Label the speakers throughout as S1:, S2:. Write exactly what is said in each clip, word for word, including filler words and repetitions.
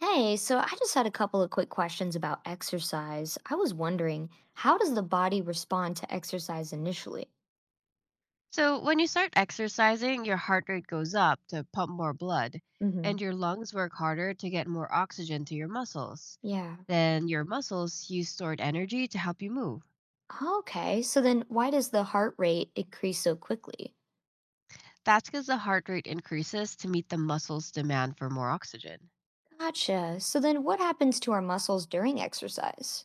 S1: Hey, so I just had a couple of quick questions about exercise. I was wondering, how does the body respond to exercise initially?
S2: So, when you start exercising, your heart rate goes up to pump more blood, and
S1: Hmm.
S2: your lungs work harder to get more oxygen to your muscles.
S1: Yeah.
S2: Then, your muscles use stored energy to help you move.
S1: Okay, so then why does the heart rate increase so quickly?
S2: That's because the heart rate increases to meet the muscles' demand for more oxygen.
S1: Gotcha. So then what happens to our muscles during exercise?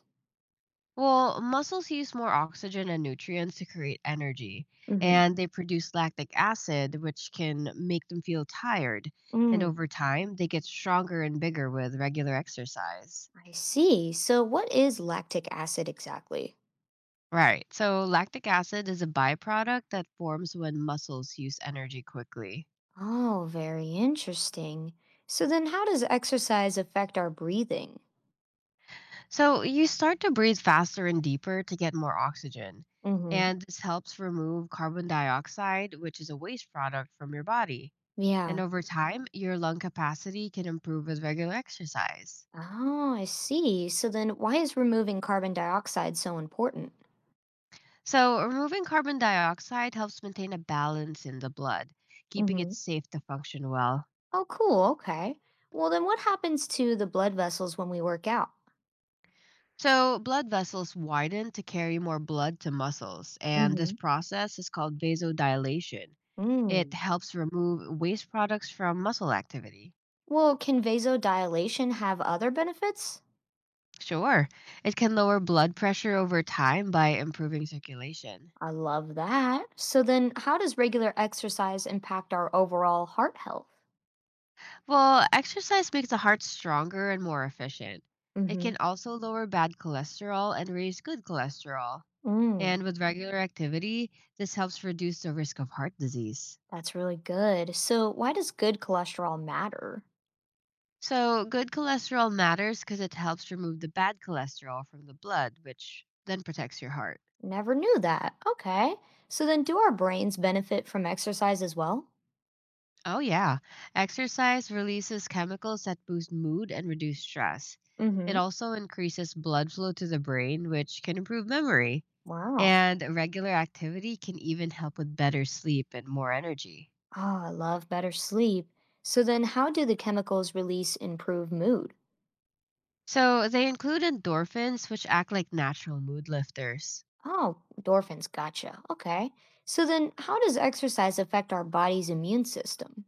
S2: Well, muscles use more oxygen and nutrients to create energy,
S1: Hmm.
S2: and they produce lactic acid, which can make them feel tired. And
S1: Mm.
S2: over time, they get stronger and bigger with regular exercise.
S1: I see. So what is lactic acid exactly?
S2: Right. So lactic acid is a byproduct that forms when muscles use energy quickly.
S1: Oh, very interesting. So then how does exercise affect our breathing?
S2: So you start to breathe faster and deeper to get more oxygen.
S1: Hmm.
S2: And this helps remove carbon dioxide, which is a waste product from your body. And
S1: Yeah.
S2: over time, your lung capacity can improve with regular exercise.
S1: Oh, I see. So then why is removing carbon dioxide so important?
S2: So removing carbon dioxide helps maintain a balance in the blood, keeping it
S1: Hmm.
S2: safe to function well.
S1: Oh, cool. Okay. Well, then what happens to the blood vessels when we work out?
S2: So, blood vessels widen to carry more blood to muscles, and this
S1: Hmm.
S2: process is called vasodilation. It
S1: Mm.
S2: helps remove waste products from muscle activity.
S1: Well, can vasodilation have other benefits?
S2: Sure, it can lower blood pressure over time by improving circulation.
S1: I love that. So then how does regular exercise impact our overall heart health?
S2: Well, exercise makes the heart stronger and more efficient. It can
S1: Hmm.
S2: also lower bad cholesterol and raise good cholesterol.
S1: Mm,
S2: And with regular activity, this helps reduce the risk of heart disease.
S1: that's really good. So why does good cholesterol matter?
S2: So, good cholesterol matters because it helps remove the bad cholesterol from the blood, which then protects your heart.
S1: Never knew that. Okay. So then do our brains benefit from exercise as well?
S2: Oh, yeah. Exercise releases chemicals that boost mood and reduce stress. It
S1: Mm-hmm.
S2: also increases blood flow to the brain, which can improve memory.
S1: Wow.
S2: And regular activity can even help with better sleep and more energy.
S1: Oh, I love better sleep. So then how do the chemicals release improve mood?
S2: So, they include endorphins, which act like natural mood lifters.
S1: Oh, endorphins, gotcha. Okay. So then how does exercise affect our body's immune system?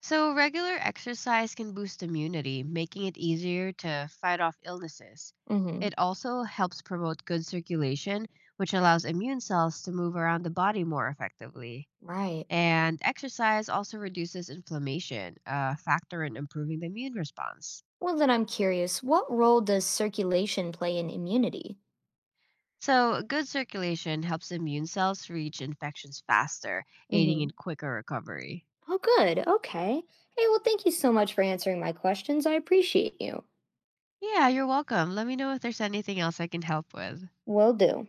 S2: So, regular exercise can boost immunity, making it easier to fight off illnesses.
S1: Mm-hmm.
S2: It also helps promote good circulation, which allows immune cells to move around the body more effectively.
S1: Right.
S2: And exercise also reduces inflammation, a factor in improving the immune response.
S1: Well, then I'm curious, what role does circulation play in immunity?
S2: So, good circulation helps immune cells reach infections faster, aiding
S1: Mm-hmm.
S2: in quicker recovery.
S1: Oh, good. Okay. Hey, well, thank you so much for answering my questions. I appreciate you.
S2: Yeah, you're welcome. Let me know if there's anything else I can help with.
S1: Will do.